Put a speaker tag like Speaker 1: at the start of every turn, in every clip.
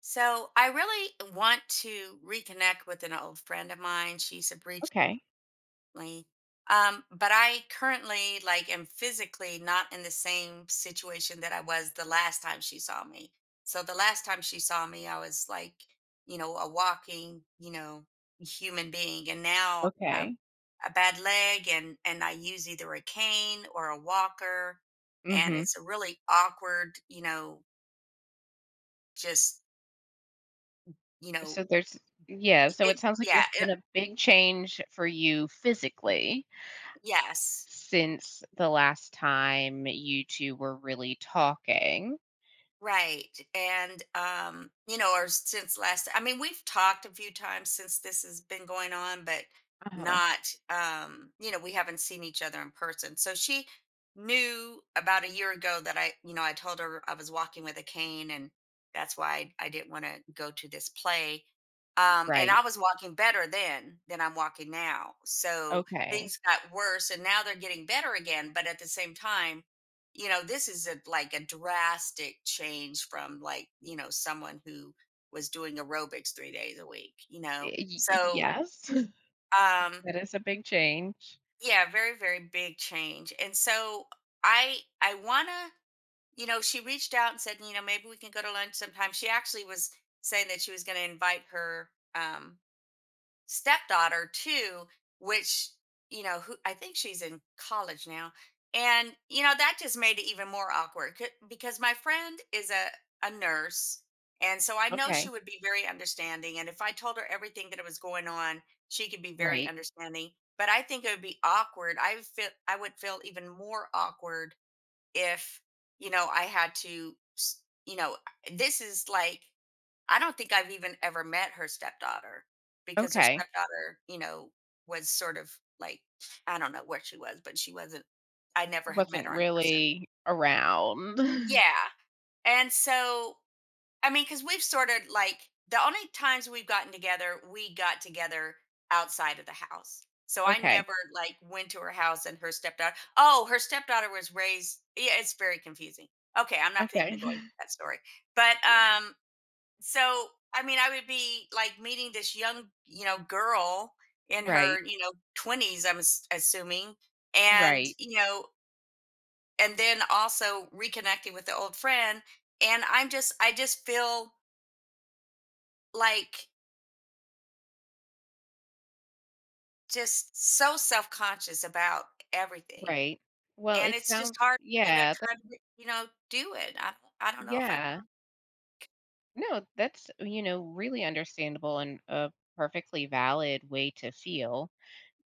Speaker 1: So I really want to reconnect with an old friend of mine. She's a breach
Speaker 2: Okay,
Speaker 1: recently, but I currently like am physically not in the same situation that I was the last time she saw me. So the last time she saw me, I was like, you know, a walking, you know, human being, and now I have
Speaker 2: okay.
Speaker 1: a bad leg, and I use either a cane or a walker, and
Speaker 2: Mhm.
Speaker 1: it's a really awkward, you know, just you know,
Speaker 2: So there's yeah, so it
Speaker 1: it
Speaker 2: sounds like
Speaker 1: yeah.
Speaker 2: there's been a big change for you physically
Speaker 1: Yes,
Speaker 2: since the last time you 2 were really talking.
Speaker 1: right. And you know, or since last I mean, we've talked a few times since this has been going on, but
Speaker 2: Uh-huh.
Speaker 1: not you know, we haven't seen each other in person. So she knew about a year ago that I, you know, I told her I was walking with a cane and that's why I didn't want to go to this play. And
Speaker 2: Right.
Speaker 1: I was walking better then than I'm walking now. So
Speaker 2: Okay.
Speaker 1: things got worse and now they're getting better again, but at the same time, you know, this is a like a drastic change from, like, you know, someone who was doing aerobics 3 days a week, you know.
Speaker 2: Y y
Speaker 1: So
Speaker 2: Yes.
Speaker 1: um
Speaker 2: That is a big change.
Speaker 1: yeah, very big change. And so I wanna, you know, she reached out and said, you know, maybe we can go to lunch sometime. She actually was saying that she was going to invite her stepdaughter too, which, you know, who I think she's in college now, and you know that just made it even more awkward because my friend is a nurse, and so I know she
Speaker 2: Okay.
Speaker 1: would be very understanding, and if I told her everything that was going on, she could be very
Speaker 2: Right.
Speaker 1: understanding. But I think it would be awkward. I would feel even more awkward if, you know, I had to. You know, this is like, I don't think I've even ever met her stepdaughter, because her
Speaker 2: Okay.
Speaker 1: stepdaughter, you know, was sort of like, I don't know where she was, but she wasn't, I never have met
Speaker 2: Wasn't
Speaker 1: her in person.
Speaker 2: really around.
Speaker 1: Yeah. And so, I mean, because we've sort of like, the only times we've gotten together, we got together outside of the house. So I
Speaker 2: Okay.
Speaker 1: never like went to her house and her stepdaughter. Oh, her stepdaughter was raised. Yeah, it's very confusing. Okay, I'm not
Speaker 2: Okay.
Speaker 1: even going to that story. But so, I mean, I would be like meeting this young, you know, girl in
Speaker 2: Right.
Speaker 1: her, you know, 20s, I'm assuming. And,
Speaker 2: Right.
Speaker 1: you know, and then also reconnecting with the old friend. And I just feel like just so self conscious about everything.
Speaker 2: Right. Well,
Speaker 1: And
Speaker 2: it
Speaker 1: it's just
Speaker 2: sounds
Speaker 1: hard for me to
Speaker 2: yeah, that
Speaker 1: try to, you know, do it. I don't know if I
Speaker 2: yeah. No, that's, really understandable and a perfectly valid way to feel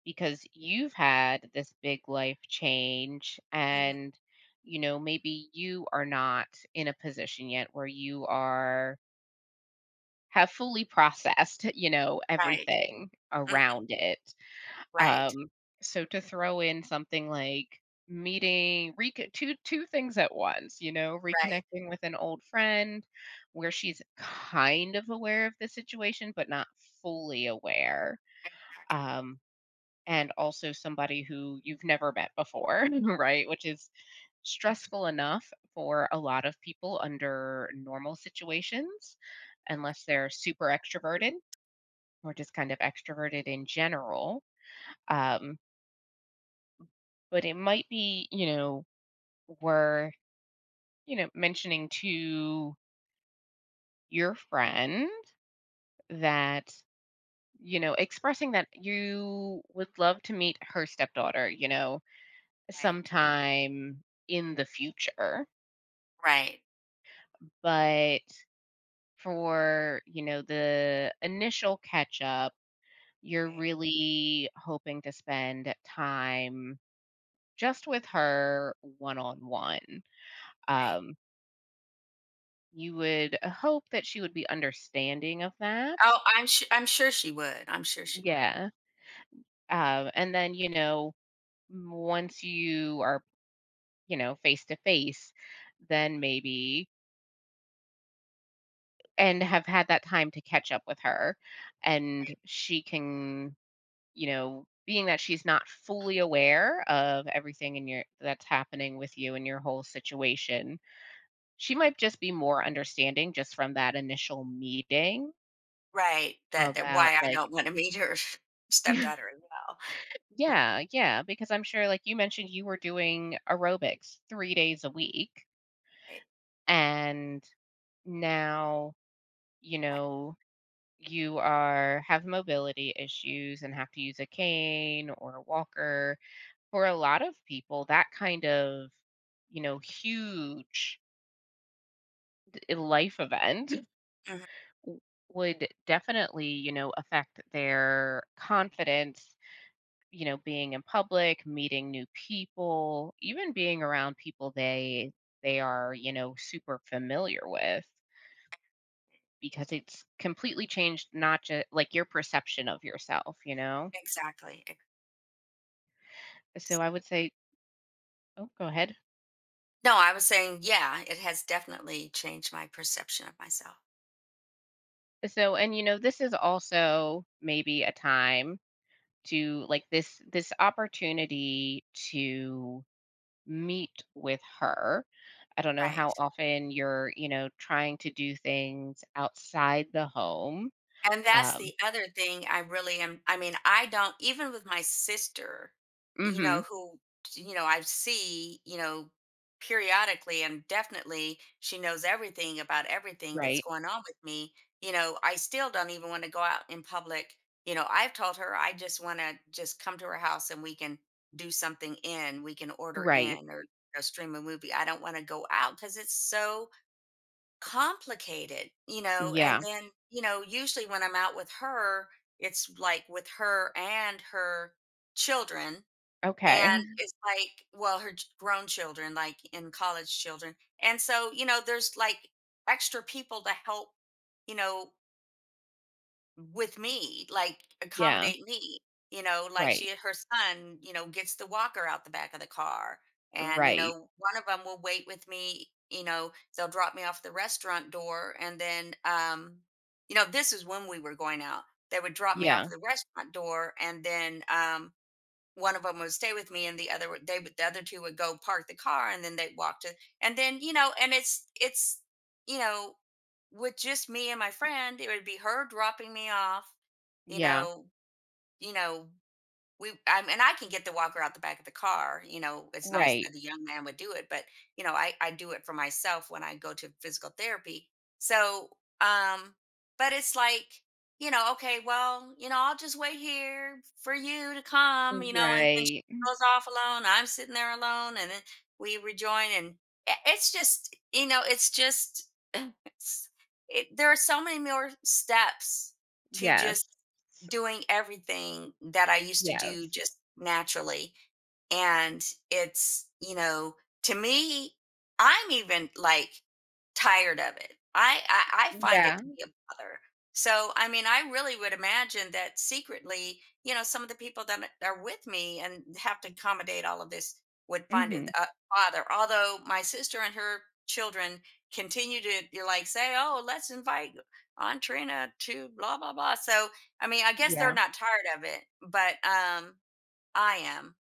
Speaker 2: because you've had this big life change
Speaker 1: can. Mhm.
Speaker 2: and, you know, maybe you are not in a position yet where you are have fully processed, you know,
Speaker 1: Right.
Speaker 2: everything
Speaker 1: Mhm.
Speaker 2: around it.
Speaker 1: Right.
Speaker 2: Um, so to throw in something like meeting recon two two things at once, you know,
Speaker 1: Right.
Speaker 2: reconnecting with an old friend where she's kind of aware of the situation, but not fully aware.
Speaker 1: Exactly.
Speaker 2: Um, and also somebody who you've never met before, right? Which is stressful enough for a lot of people under normal situations, unless they're super extroverted or just kind of extroverted in general. Um, but it might be, you know, we're, mentioning to your friend that, you know, expressing that you would love to meet her stepdaughter, you know,
Speaker 1: Right.
Speaker 2: sometime in the future.
Speaker 1: Right.
Speaker 2: But for, you know, the initial catch up, you're
Speaker 1: Right.
Speaker 2: really hoping to spend time just with her one on one.
Speaker 1: Right.
Speaker 2: You would hope that she would be understanding of that.
Speaker 1: Oh, I'm sure she would, I'm sure she would.
Speaker 2: Yeah. And then, you know, once you are, you know, face to face, then maybe and have had that time to catch up with her and
Speaker 1: Right,
Speaker 2: she can, you know, being that she's not fully aware of everything in your that's happening with you and your whole situation, she might just be more understanding just from that initial meeting
Speaker 1: right, that that
Speaker 2: about
Speaker 1: why I
Speaker 2: like.
Speaker 1: don't wanna meet her stepdaughter as well. Huh,
Speaker 2: Yeah, yeah, because I'm sure like you mentioned you were doing aerobics 3 days a week
Speaker 1: right,
Speaker 2: and now, you
Speaker 1: I
Speaker 2: know, you are have mobility issues and have to use a cane or a walker. For a lot of people, that kind of, you know, huge life event
Speaker 1: mhm,
Speaker 2: w- would definitely, you know, affect their confidence, you know, being in public, meeting new people, even being around people they are, you know, super familiar with because it's completely changed not just like your perception of yourself, you know.
Speaker 1: exactly, ex.
Speaker 2: So I would say, oh, go ahead.
Speaker 1: No, I was saying, yeah, it has definitely changed my perception of myself.
Speaker 2: So and you know, this is also maybe a time to like this opportunity to meet with her. I don't know how
Speaker 1: Right.
Speaker 2: often you're, you know, trying to do things outside the home.
Speaker 1: And that's
Speaker 2: Um
Speaker 1: the other thing I really am. I mean, I don't, even with my sister, you know,
Speaker 2: mhm.
Speaker 1: who, you know, I see, you know, periodically, and definitely she knows everything about everything that's
Speaker 2: Right.
Speaker 1: going on with me. You know, I still don't even want to go out in public. You know, I've told her I just want to just come to her house and we can do something in, we can order
Speaker 2: Right.
Speaker 1: in, or stream a movie. I don't want to go out because it's so complicated, you know, and
Speaker 2: Yeah.
Speaker 1: then, you know, usually when I'm out with her, it's like with her and her children.
Speaker 2: Okay.
Speaker 1: And it's like, well, her grown children, like in college children. And so, you know, there's like extra people to help, you know, with me, like
Speaker 2: Yeah.
Speaker 1: accommodate me. You know, like
Speaker 2: Right.
Speaker 1: she, her son, you know, gets the walker out the back of the car. And, you
Speaker 2: Right.
Speaker 1: know, one of them will wait with me, you know, they'll drop me off at the restaurant door. And then, you know, this is when we were going out. They would drop me
Speaker 2: Yeah.
Speaker 1: off at the restaurant door. And then, one of them would stay with me and the other would- they would the other two would go park the car and then they'd walk to, and then, you know, and it's, you know, with just me and my friend, it would be her dropping me off, you
Speaker 2: Yeah.
Speaker 1: know, you know, we and I can get the walker out the back of the car. You know, it's nice
Speaker 2: Right.
Speaker 1: that the young man would do it, but you know, I do it for myself when I go to physical therapy. So, um but it's like, you know, okay, well, you know, I'll just wait here for you to come, you know, and then she
Speaker 2: Right.
Speaker 1: goes off alone, I'm sitting there alone, and then we rejoin, and it's just, you know, it's just it's, it, there are so many more steps to just
Speaker 2: Yes.
Speaker 1: doing everything that I used to do
Speaker 2: Yes.
Speaker 1: just naturally. And it's, you know, to me, I'm even like tired of it. I find it
Speaker 2: Yeah.
Speaker 1: to be a bother. So, I mean, I really would imagine that secretly, you know, some of the people that are with me and have to accommodate all of this would find it
Speaker 2: Mhm.
Speaker 1: a bother. Although my sister and her children continue to, you're like, say, oh, let's invite Aunt Trina to blah, blah, blah. So, I mean, I guess they're
Speaker 2: Yeah.
Speaker 1: not tired of it, but I am.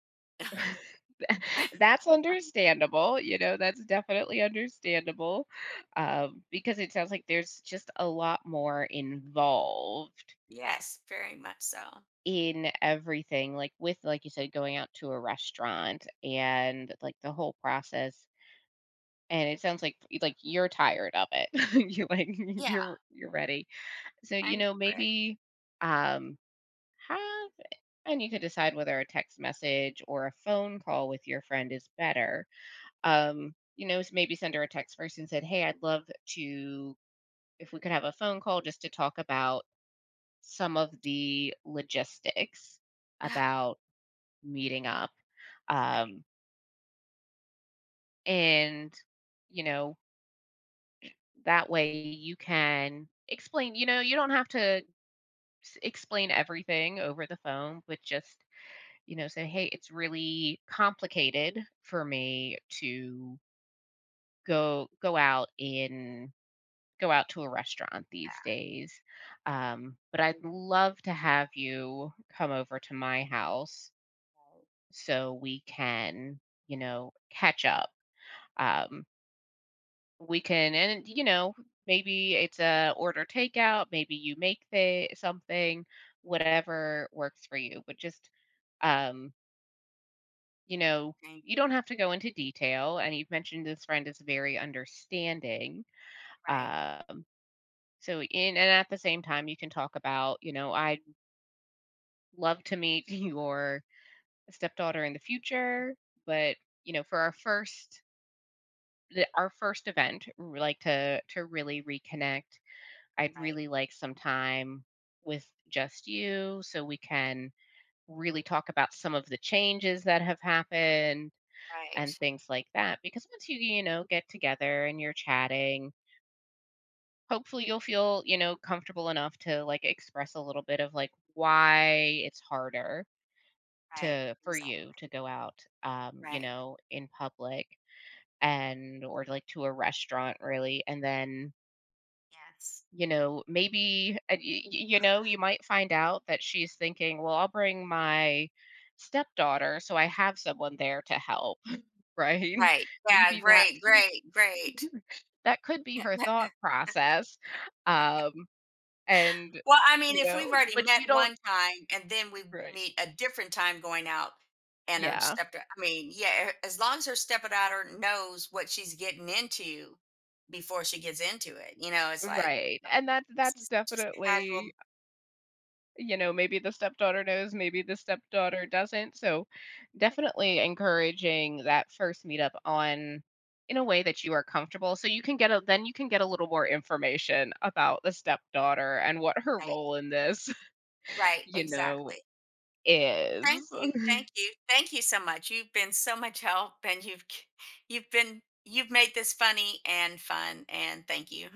Speaker 2: That's understandable, you know, that's definitely understandable, because it sounds like there's just a lot more involved
Speaker 1: Yes, very much so.
Speaker 2: in everything, like, with like you said, going out to a restaurant and, like, the whole process. And it sounds like you're tired of it. You like
Speaker 1: Yeah,
Speaker 2: you're ready. So,
Speaker 1: I
Speaker 2: you know,
Speaker 1: remember it.
Speaker 2: maybe um have and you could decide whether a text message or a phone call with your friend is better.
Speaker 1: Right.
Speaker 2: You know, maybe send her a text first and said, "Hey, I'd love to if we could have a phone call just to talk about some of the logistics
Speaker 1: Right.
Speaker 2: about meeting up." Um, and you know, That way you can explain, you know, you don't have to explain everything over the phone, but just, you know, say, "Hey, it's really complicated for me to go go out in go out to a restaurant these
Speaker 1: Yeah,
Speaker 2: days.
Speaker 1: yeah,
Speaker 2: But I'd love to have you come over to my house
Speaker 1: right.
Speaker 2: so we can, you know, catch up." Um, you know, maybe it's a order takeout, maybe you make the something, whatever works for you, but just, um, you know,
Speaker 1: Right.
Speaker 2: you don't have to go into detail, and you've mentioned this friend is very understanding,
Speaker 1: Right.
Speaker 2: um, so in and at the same time, you can talk about, you know, "I'd love to meet your stepdaughter in the future, but, you know, for our first event, we like to really reconnect. I'd
Speaker 1: Right.
Speaker 2: really like some time with just you so we can really talk about some of the changes that have happened
Speaker 1: Right.
Speaker 2: and things like that." Because once you, you know, get together and you're chatting, hopefully you'll feel, you know, comfortable enough to like express a little bit of like why it's harder
Speaker 1: Right.
Speaker 2: to for you
Speaker 1: Exactly.
Speaker 2: to go out you
Speaker 1: Right.
Speaker 2: know, in public and or like to a restaurant really. And then
Speaker 1: Yes.
Speaker 2: you know, maybe, y y you know, you might find out that she's thinking, "Well, I'll bring my stepdaughter, so I have someone there to help," right?
Speaker 1: Right. Yeah.
Speaker 2: Maybe that's
Speaker 1: Great. Great. Great.
Speaker 2: that could be her thought process, um, and,
Speaker 1: Well, I mean,
Speaker 2: you
Speaker 1: if
Speaker 2: know,
Speaker 1: we've already
Speaker 2: but you
Speaker 1: met
Speaker 2: don't.
Speaker 1: one time and then we
Speaker 2: Right.
Speaker 1: meet a different time going out, and her
Speaker 2: Yeah,
Speaker 1: step, I mean, yeah, as long as her stepdaughter knows what she's getting into before she gets into it, you know, it's like
Speaker 2: right, and
Speaker 1: this
Speaker 2: that's
Speaker 1: is just a casual
Speaker 2: definitely you know, maybe the stepdaughter knows, maybe the stepdaughter doesn't. So definitely encouraging that first meetup on in a way that you are comfortable so you can get a then you can get a little more information about the stepdaughter and what her
Speaker 1: night.
Speaker 2: role in this,
Speaker 1: Right,
Speaker 2: you know,
Speaker 1: exactly. Thank
Speaker 2: is.
Speaker 1: you. Thank you. Thank you so much. You've been so much help, and you've been you've made this funny and fun, and thank you.